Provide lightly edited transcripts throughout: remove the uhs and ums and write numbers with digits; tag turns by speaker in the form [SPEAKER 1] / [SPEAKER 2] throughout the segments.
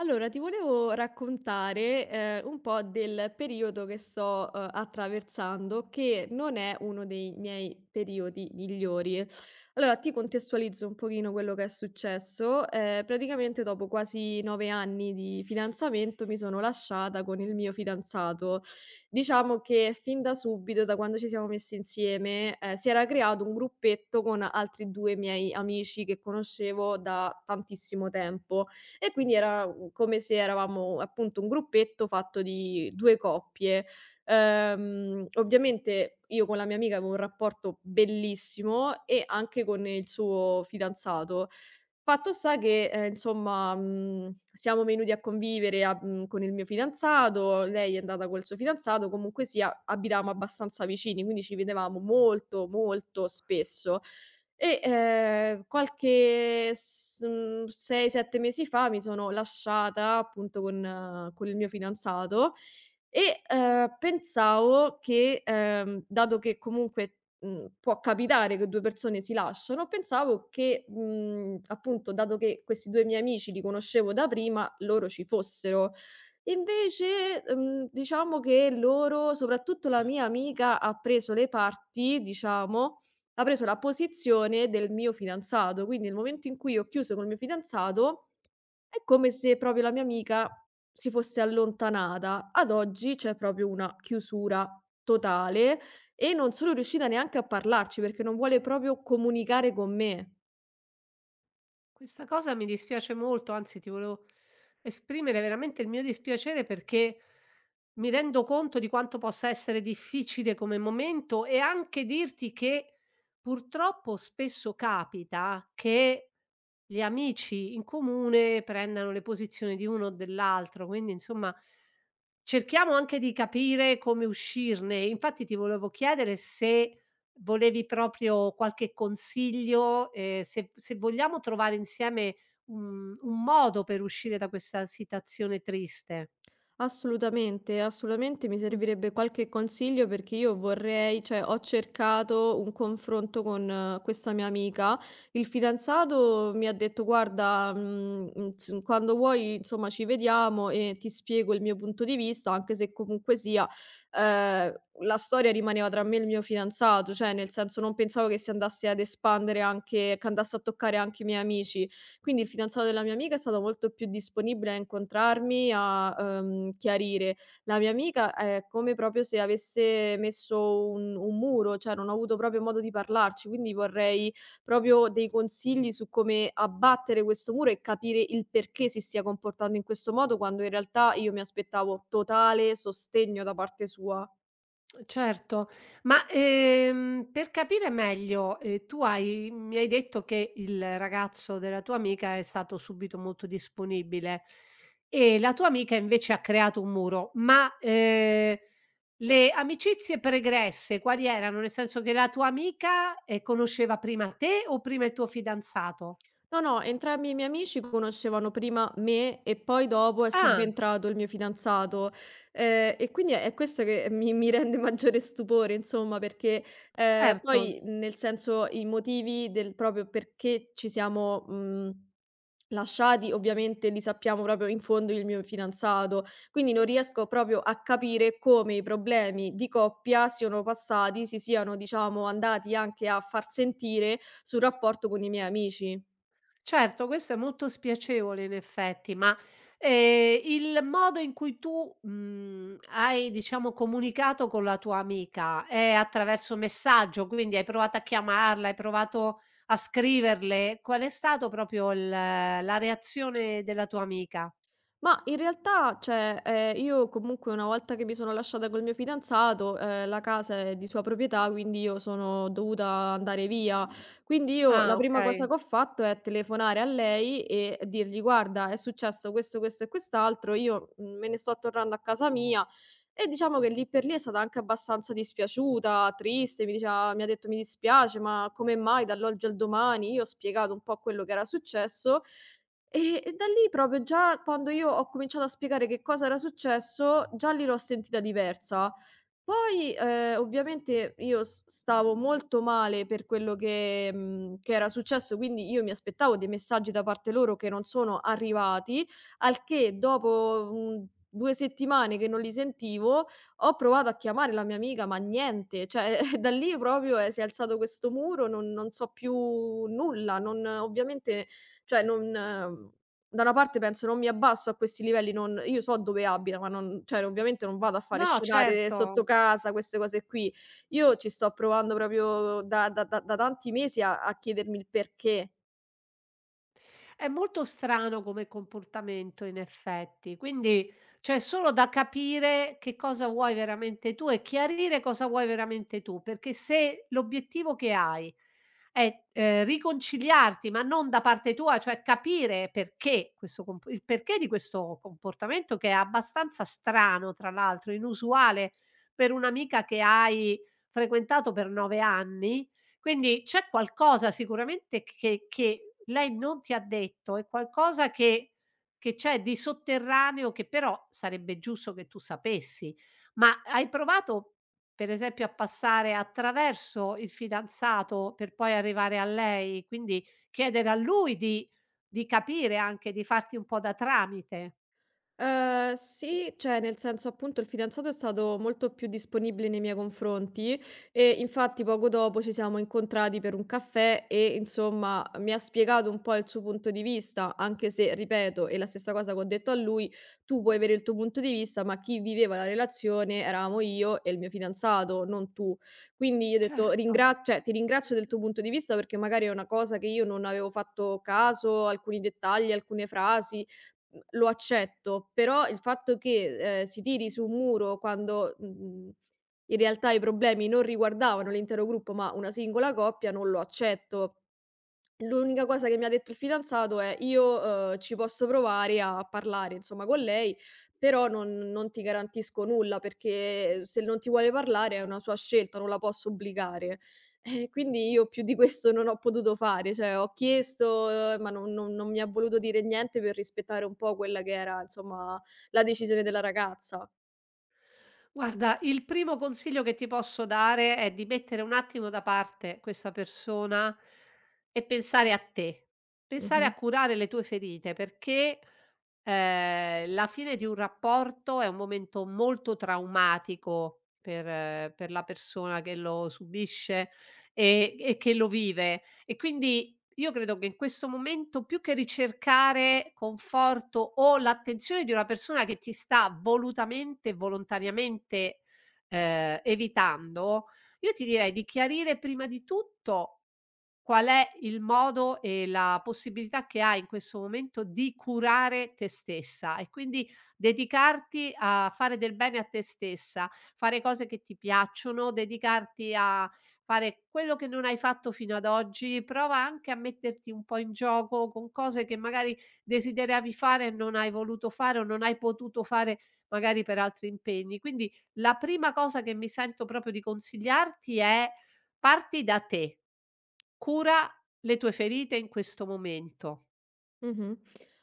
[SPEAKER 1] Allora, ti volevo raccontare, un po' del periodo che sto, attraversando, che non è uno dei miei periodi migliori. Allora, ti contestualizzo un pochino quello che è successo. Praticamente dopo quasi 9 anni di fidanzamento mi sono lasciata con il mio fidanzato. Diciamo che fin da subito, da quando ci siamo messi insieme, si era creato un gruppetto con altri 2 miei amici che conoscevo da tantissimo tempo e quindi era, come se eravamo appunto un gruppetto fatto di 2 coppie. Ovviamente io con la mia amica avevo un rapporto bellissimo e anche con il suo fidanzato. Fatto sta che, insomma, siamo venuti a convivere a con il mio fidanzato, lei è andata col suo fidanzato, comunque sia abitavamo abbastanza vicini, quindi ci vedevamo molto, molto spesso. E, qualche 6, 7 mesi fa mi sono lasciata appunto con il mio fidanzato e, pensavo che, dato che comunque, può capitare che 2 persone si lasciano, pensavo che, appunto dato che questi 2 miei amici li conoscevo da prima, loro ci fossero. Invece, diciamo che loro soprattutto la mia amica ha preso le parti, diciamo, ha preso la posizione del mio fidanzato. Quindi nel momento in cui ho chiuso col mio fidanzato è come se proprio la mia amica si fosse allontanata. Ad oggi c'è proprio una chiusura totale e non sono riuscita neanche a parlarci perché non vuole proprio comunicare con me.
[SPEAKER 2] Questa cosa mi dispiace molto, anzi ti volevo esprimere veramente il mio dispiacere perché mi rendo conto di quanto possa essere difficile come momento e anche dirti che purtroppo spesso capita che gli amici in comune prendano le posizioni di uno o dell'altro, quindi insomma cerchiamo anche di capire come uscirne. Infatti ti volevo chiedere se volevi proprio qualche consiglio, se vogliamo trovare insieme un modo per uscire da questa situazione triste.
[SPEAKER 1] Assolutamente, assolutamente mi
[SPEAKER 2] Mh.
[SPEAKER 1] servirebbe qualche consiglio perché io vorrei, cioè ho cercato un confronto con questa mia amica. Il fidanzato mi ha detto: "Guarda, quando vuoi, insomma, ci vediamo e ti spiego il mio punto di vista, anche se comunque sia, eh, la storia rimaneva tra me e il mio fidanzato", cioè nel senso non pensavo che si andasse ad espandere anche, che andasse a toccare anche i miei amici. Quindi il fidanzato della mia amica è stato molto più disponibile a incontrarmi, a, chiarire. La mia amica è come proprio se avesse messo un muro, cioè non ho avuto proprio modo di parlarci, quindi vorrei proprio dei consigli su come abbattere questo muro e capire il perché si stia comportando in questo modo, quando in realtà io mi aspettavo totale sostegno da parte sua.
[SPEAKER 2] Certo, ma, per capire meglio, tu hai mi hai detto che il ragazzo della tua amica è stato subito molto disponibile e la tua amica invece ha creato un muro, ma, le amicizie pregresse quali erano? Nel senso che la tua amica, conosceva prima te o prima il tuo fidanzato?
[SPEAKER 1] No, no, entrambi i miei amici conoscevano prima me e poi dopo è
[SPEAKER 2] Ah,
[SPEAKER 1] subentrato il mio fidanzato. E quindi è questo che mi mi rende maggiore stupore insomma, perché,
[SPEAKER 2] certo.
[SPEAKER 1] poi nel senso i motivi del proprio perché ci siamo, lasciati ovviamente li sappiamo proprio in fondo io e il mio fidanzato. Quindi non riesco proprio a capire come i problemi di coppia siano passati si siano, diciamo, andati anche a far sentire sul rapporto con i miei amici.
[SPEAKER 2] Certo, questo è molto spiacevole in effetti, ma, il modo in cui tu, hai diciamo comunicato con la tua amica è attraverso messaggio, quindi hai provato a chiamarla, hai provato a scriverle? Qual è stato proprio il la reazione della tua amica?
[SPEAKER 1] Ma in realtà, cioè, io comunque una volta che mi sono lasciata col mio fidanzato, la casa è di sua proprietà, quindi io sono dovuta andare via. Quindi io
[SPEAKER 2] Ah,
[SPEAKER 1] la prima cosa
[SPEAKER 2] okay.
[SPEAKER 1] che ho fatto è telefonare a lei e dirgli: "Guarda, è successo questo, questo e quest'altro, io, me ne sto tornando a casa mia". E diciamo che lì per lì è stata anche abbastanza dispiaciuta, triste, mi ha detto: "Mi dispiace, ma come mai dall'oggi al domani?" Io ho spiegato un po' quello che era successo e da lì proprio già quando io ho cominciato a spiegare che cosa era successo, già lì l'ho sentita diversa. Poi, ovviamente io s stavo molto male per quello che che era successo, quindi io mi aspettavo dei messaggi da parte loro che non sono arrivati, al che dopo, 2 settimane che non li sentivo, ho provato a chiamare la mia amica, ma niente, cioè da lì proprio, si è alzato questo muro, non so più nulla, non ovviamente cioè non, da una parte penso: "Non mi abbasso a questi livelli, non". Io so dove abita, ma non, cioè ovviamente non vado a fare
[SPEAKER 2] No,
[SPEAKER 1] scenate
[SPEAKER 2] certo.
[SPEAKER 1] sotto casa, queste cose qui. Io ci sto provando proprio da tanti mesi a chiedermi il perché.
[SPEAKER 2] È molto strano come comportamento in effetti, quindi c'è solo da capire che cosa vuoi veramente tu e chiarire cosa vuoi veramente tu, perché se l'obiettivo che hai è, riconciliarti, ma non da parte tua, cioè capire perché questo comp il perché di questo comportamento che è abbastanza strano tra l'altro, inusuale per un'amica che hai frequentato per 9 anni, quindi c'è qualcosa sicuramente che lei non ti ha detto, è qualcosa che c'è di sotterraneo che però sarebbe giusto che tu sapessi. Ma hai provato, per esempio, a passare attraverso il fidanzato per poi arrivare a lei, quindi chiedere a lui di capire anche, di farti un po' da tramite?
[SPEAKER 1] Sì, cioè nel senso appunto il fidanzato è stato molto più disponibile nei miei confronti e infatti poco dopo ci siamo incontrati per un caffè e insomma mi ha spiegato un po' il suo punto di vista, anche se ripeto, è la stessa cosa che ho detto a lui: tu puoi avere il tuo punto di vista, ma chi viveva la relazione eravamo io e il mio fidanzato, non tu. Quindi io ho detto ringra
[SPEAKER 2] Certo.
[SPEAKER 1] cioè ti ringrazio del tuo punto di vista perché magari è una cosa che io non avevo fatto caso, alcuni dettagli, alcune frasi lo accetto, però il fatto che, si tiri su un muro quando, in realtà i problemi non riguardavano l'intero gruppo, ma una singola coppia, non lo accetto. L'unica cosa che mi ha detto il fidanzato è: "Io, ci posso provare a parlare, insomma, con lei, però non ti garantisco nulla, perché se non ti vuole parlare è una sua scelta, non la posso obbligare". Quindi io più di questo non ho potuto fare, cioè ho chiesto, ma non mi ha voluto dire niente per rispettare un po' quella che era, insomma, la decisione della ragazza.
[SPEAKER 2] Guarda, il primo consiglio che ti posso dare è di mettere un attimo da parte questa persona e pensare a te, pensare
[SPEAKER 1] Mh-mh.
[SPEAKER 2] a curare le tue ferite, perché la fine di un rapporto è un momento molto traumatico per la persona che lo subisce e che lo vive. E quindi io credo che in questo momento più che ricercare conforto o l'attenzione di una persona che ti sta volutamente e volontariamente, evitando, io ti direi di chiarire prima di tutto qual è il modo e la possibilità che hai in questo momento di curare te stessa e quindi dedicarti a fare del bene a te stessa, fare cose che ti piacciono, dedicarti a fare quello che non hai fatto fino ad oggi, prova anche a metterti un po' in gioco con cose che magari desideravi fare e non hai voluto fare o non hai potuto fare magari per altri impegni. Quindi la prima cosa che mi sento proprio di consigliarti è parti da te. Cura le tue ferite in questo momento.
[SPEAKER 1] Mh-mh.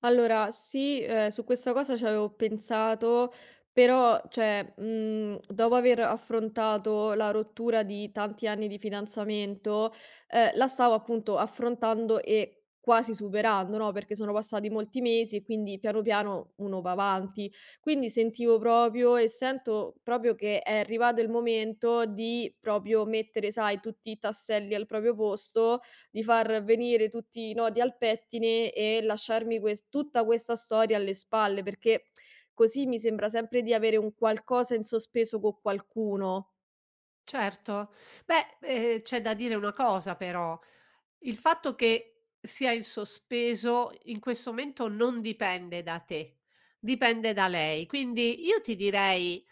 [SPEAKER 1] Allora sì, su questa cosa c'avevo pensato, però cioè, dopo aver affrontato la rottura di tanti anni di fidanzamento, la stavo appunto affrontando e quasi superando, no, perché sono passati molti mesi e quindi piano piano uno va avanti. Quindi sentivo proprio e sento proprio che è arrivato il momento di proprio mettere, sai, tutti i tasselli al proprio posto, di far venire tutti i nodi al pettine e lasciarmi ques tutta questa storia alle spalle, perché così mi sembra sempre di avere un qualcosa in sospeso co' qualcuno.
[SPEAKER 2] Certo. Beh, c'è da dire una cosa però: il fatto che sia in sospeso in questo momento non dipende da te, dipende da lei. Quindi io ti direi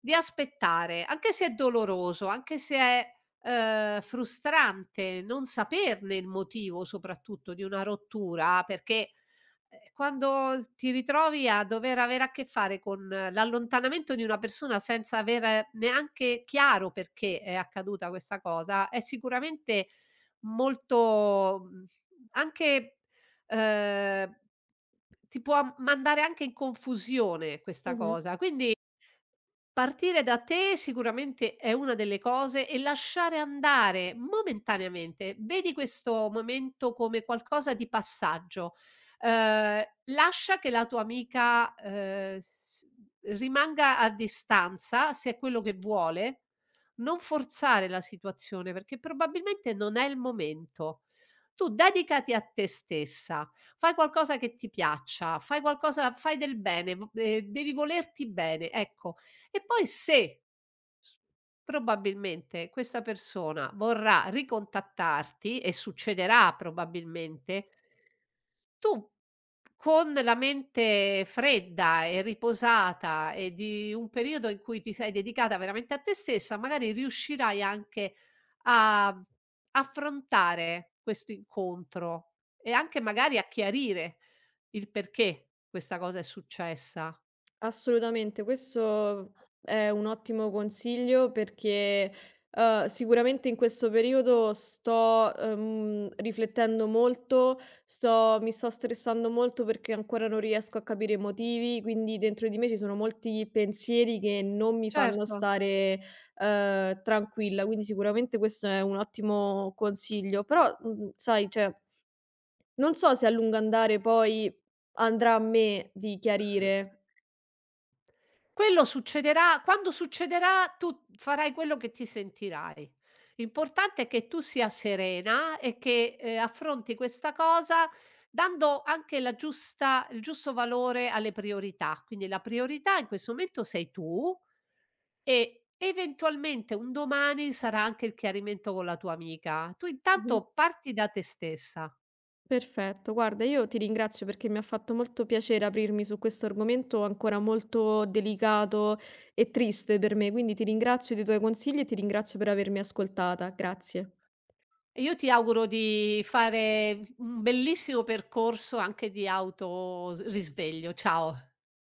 [SPEAKER 2] di aspettare, anche se è doloroso, anche se è, frustrante non saperne il motivo soprattutto di una rottura, perché, quando s ti ritrovi a dover avere a che fare con l'allontanamento di una persona senza aver neanche chiaro perché è accaduta questa cosa, è sicuramente molto, anche, ehm, ti può mandare anche in confusione questa
[SPEAKER 1] Mh-mh.
[SPEAKER 2] cosa. Quindi partire da te sicuramente è una delle cose e lasciare andare momentaneamente. Vedi questo momento come qualcosa di passaggio. Lascia che la tua amica, s rimanga a distanza, se è quello che vuole, non forzare la situazione, perché probabilmente non è il momento. Tu dedicati a te stessa, fai qualcosa che ti piaccia, fai qualcosa, fai del bene, v devi volerti bene, ecco. E poi se s probabilmente questa persona vorrà ricontattarti, e succederà probabilmente, tu con la mente fredda e riposata e di un periodo in cui ti sei dedicata veramente a te stessa, magari riuscirai anche a affrontare questo incontro e anche magari a chiarire il perché questa cosa è successa.
[SPEAKER 1] Assolutamente, questo è un ottimo consiglio perché, sicuramente in questo periodo sto, riflettendo molto, sto mi sto stressando molto perché ancora non riesco a capire i motivi, quindi dentro di me ci sono molti pensieri che non mi fanno
[SPEAKER 2] Certo.
[SPEAKER 1] stare, tranquilla, quindi sicuramente questo è un ottimo consiglio. Però, sai, cioè, non so se a lungo andare poi andrà a me di chiarire.
[SPEAKER 2] Quello succederà quando succederà, tu farai quello che ti sentirai. L'importante è che tu sia serena e che, affronti questa cosa dando anche la giusta il giusto valore alle priorità. Quindi la priorità in questo momento sei tu e eventualmente un domani sarà anche il chiarimento con la tua amica. Tu
[SPEAKER 1] Mh-mh.
[SPEAKER 2] intanto parti da te stessa
[SPEAKER 1] Perfetto, guarda, io ti ringrazio perché mi ha fatto molto piacere aprirmi su questo argomento ancora molto delicato e triste per me, quindi ti ringrazio dei tuoi consigli e ti ringrazio per avermi ascoltata. Grazie.
[SPEAKER 2] e io ti auguro di fare un bellissimo percorso anche di auto s risveglio. Ciao.